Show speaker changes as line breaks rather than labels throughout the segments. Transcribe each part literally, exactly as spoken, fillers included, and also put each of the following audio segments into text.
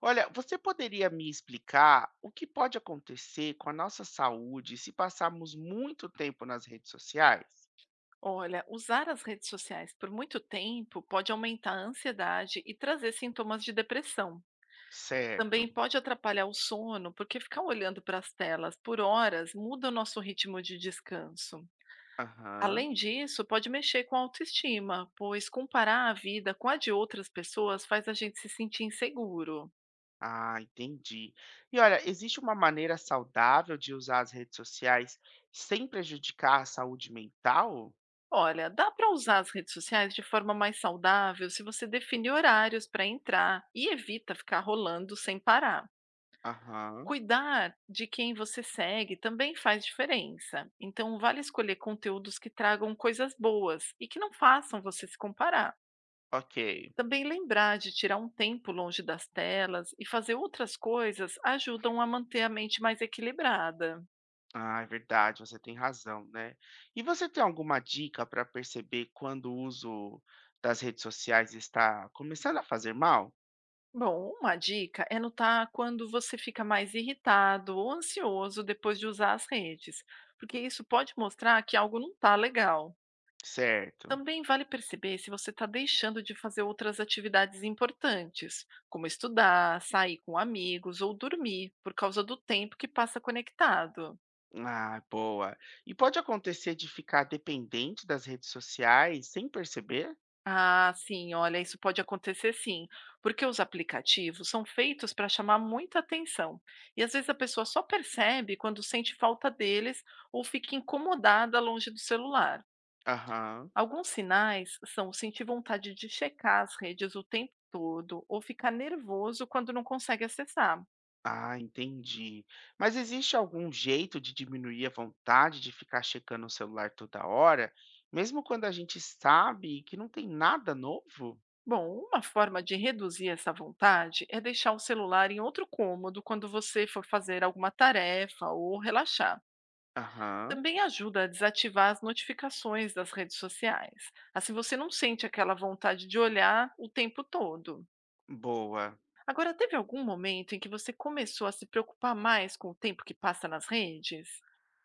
Olha, você poderia me explicar o que pode acontecer com a nossa saúde se passarmos muito tempo nas redes sociais?
Olha, usar as redes sociais por muito tempo pode aumentar a ansiedade e trazer sintomas de depressão. Também
Certo.
pode atrapalhar o sono, porque ficar olhando para as telas por horas muda o nosso ritmo de descanso.
Aham.
Além disso, pode mexer com a autoestima, pois comparar a vida com a de outras pessoas faz a gente se sentir inseguro.
Ah, entendi. E olha, existe uma maneira saudável de usar as redes sociais sem prejudicar a saúde mental?
Olha, dá para usar as redes sociais de forma mais saudável se você definir horários para entrar e evita ficar rolando sem parar.
Aham.
Cuidar de quem você segue também faz diferença. Então, vale escolher conteúdos que tragam coisas boas e que não façam você se comparar.
Ok.
Também lembrar de tirar um tempo longe das telas e fazer outras coisas ajudam a manter a mente mais equilibrada.
Ah, é verdade, você tem razão, né? E você tem alguma dica para perceber quando o uso das redes sociais está começando a fazer mal?
Bom, uma dica é notar quando você fica mais irritado ou ansioso depois de usar as redes, porque isso pode mostrar que algo não está legal.
Certo.
Também vale perceber se você está deixando de fazer outras atividades importantes, como estudar, sair com amigos ou dormir, por causa do tempo que passa conectado.
Ah, boa. E pode acontecer de ficar dependente das redes sociais sem perceber?
Ah, sim, olha, isso pode acontecer sim, porque os aplicativos são feitos para chamar muita atenção. E às vezes a pessoa só percebe quando sente falta deles ou fica incomodada longe do celular.
Aham.
Alguns sinais são sentir vontade de checar as redes o tempo todo ou ficar nervoso quando não consegue acessar.
Ah, entendi. Mas existe algum jeito de diminuir a vontade de ficar checando o celular toda hora, mesmo quando a gente sabe que não tem nada novo?
Bom, uma forma de reduzir essa vontade é deixar o celular em outro cômodo quando você for fazer alguma tarefa ou relaxar.
Aham.
Também ajuda a desativar as notificações das redes sociais. Assim você não sente aquela vontade de olhar o tempo todo.
Boa.
Agora, teve algum momento em que você começou a se preocupar mais com o tempo que passa nas redes?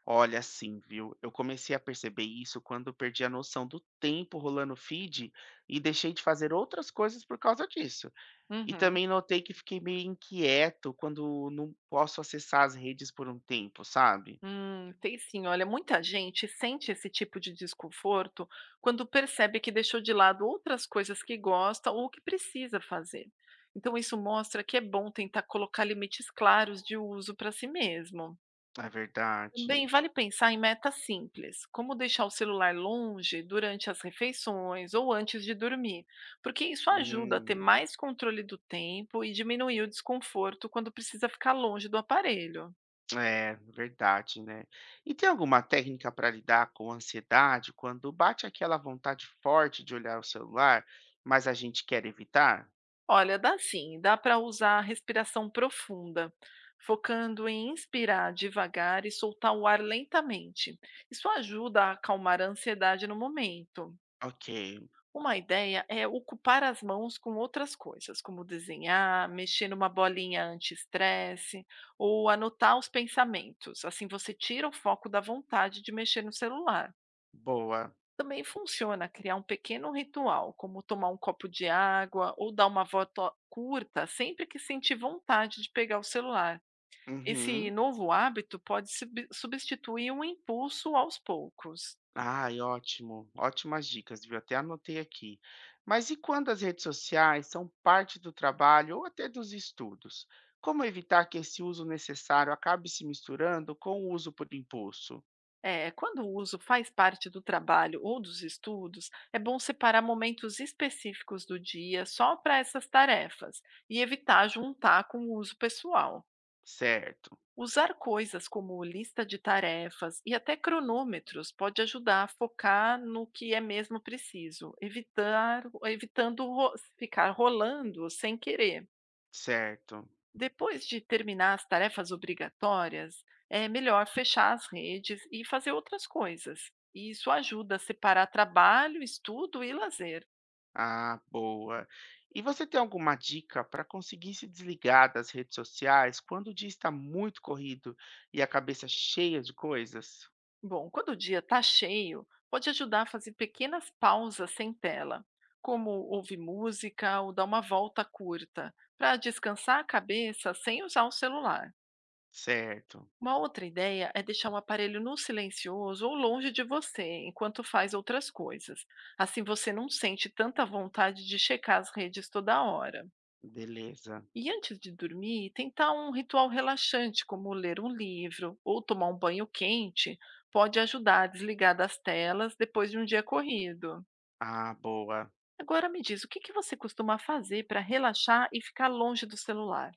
Olha, sim, viu? Eu comecei a perceber isso quando eu perdi a noção do tempo rolando feed e deixei de fazer outras coisas por causa disso. E
Uhum.
também notei que fiquei meio inquieto quando não posso acessar as redes por um tempo, sabe?
Hum, tem sim. Olha, muita gente sente esse tipo de desconforto quando percebe que deixou de lado outras coisas que gosta ou que precisa fazer. Então, isso mostra que é bom tentar colocar limites claros de uso para si mesmo.
É verdade.
Também vale pensar em metas simples, como deixar o celular longe durante as refeições ou antes de dormir, porque isso ajuda a ter
Hum,
mais controle do tempo e diminuir o desconforto quando precisa ficar longe do aparelho.
é verdade, né? E tem alguma técnica para lidar com ansiedade quando bate aquela vontade forte de olhar o celular, mas a gente quer evitar?
Olha, dá sim, dá para usar a respiração profunda, focando em inspirar devagar e soltar o ar lentamente. Isso ajuda a acalmar a ansiedade no momento.
Ok,
Uma ideia é ocupar as mãos com outras coisas, como desenhar, mexer numa bolinha anti-estresse ou anotar os pensamentos. Assim você tira o foco da vontade de mexer no celular.
boa.
Também funciona criar um pequeno ritual, como tomar um copo de água ou dar uma volta curta sempre que sentir vontade de pegar o celular. Esse
Uhum.
novo hábito pode sub- substituir um impulso aos poucos.
Ai, ótimo. Ótimas dicas, viu? Até anotei aqui. Mas e quando as redes sociais são parte do trabalho ou até dos estudos? Como evitar que esse uso necessário acabe se misturando com o uso por impulso?
É, quando o uso faz parte do trabalho ou dos estudos, é bom separar momentos específicos do dia só para essas tarefas e evitar juntar com o uso pessoal.
Certo,
Usar coisas como lista de tarefas e até cronômetros pode ajudar a focar no que é mesmo preciso, evitar, evitando ro- ficar rolando sem querer.
certo.
Depois de terminar as tarefas obrigatórias, é melhor fechar as redes e fazer outras coisas. E isso ajuda a separar trabalho, estudo e lazer.
Ah, boa. E você tem alguma dica para conseguir se desligar das redes sociais quando o dia está muito corrido e a cabeça cheia de coisas?
Bom, quando o dia está cheio, pode ajudar a fazer pequenas pausas sem tela, como ouvir música ou dar uma volta curta, para descansar a cabeça sem usar o celular.
Certo,
Uma outra ideia é deixar o aparelho no silencioso ou longe de você enquanto faz outras coisas. Assim você não sente tanta vontade de checar as redes toda hora.
beleza.
E antes de dormir, tentar um ritual relaxante, como ler um livro ou tomar um banho quente, pode ajudar a desligar das telas depois de um dia corrido.
Ah, boa.
Agora me diz, o que que você costuma fazer para relaxar e ficar longe do celular?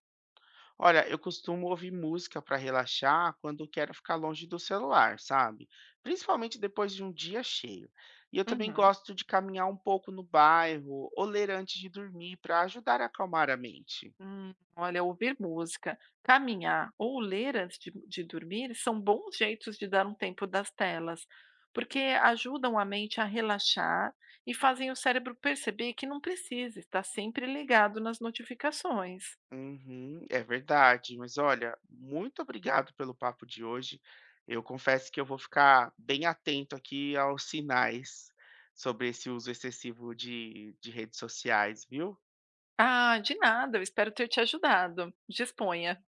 Olha, eu costumo ouvir música para relaxar quando quero ficar longe do celular, sabe? Principalmente depois de um dia cheio. E eu também
Uhum.
gosto de caminhar um pouco no bairro ou ler antes de dormir para ajudar a acalmar a mente.
Hum, olha, ouvir música, caminhar ou ler antes de, de dormir são bons jeitos de dar um tempo das telas, porque ajudam a mente a relaxar e fazem o cérebro perceber que não precisa estar sempre ligado nas notificações.
Uhum, é verdade. Mas olha, muito obrigado pelo papo de hoje. Eu confesso que eu vou ficar bem atento aqui aos sinais sobre esse uso excessivo de, de redes sociais, viu?
Ah, de nada, eu espero ter te ajudado. Disponha.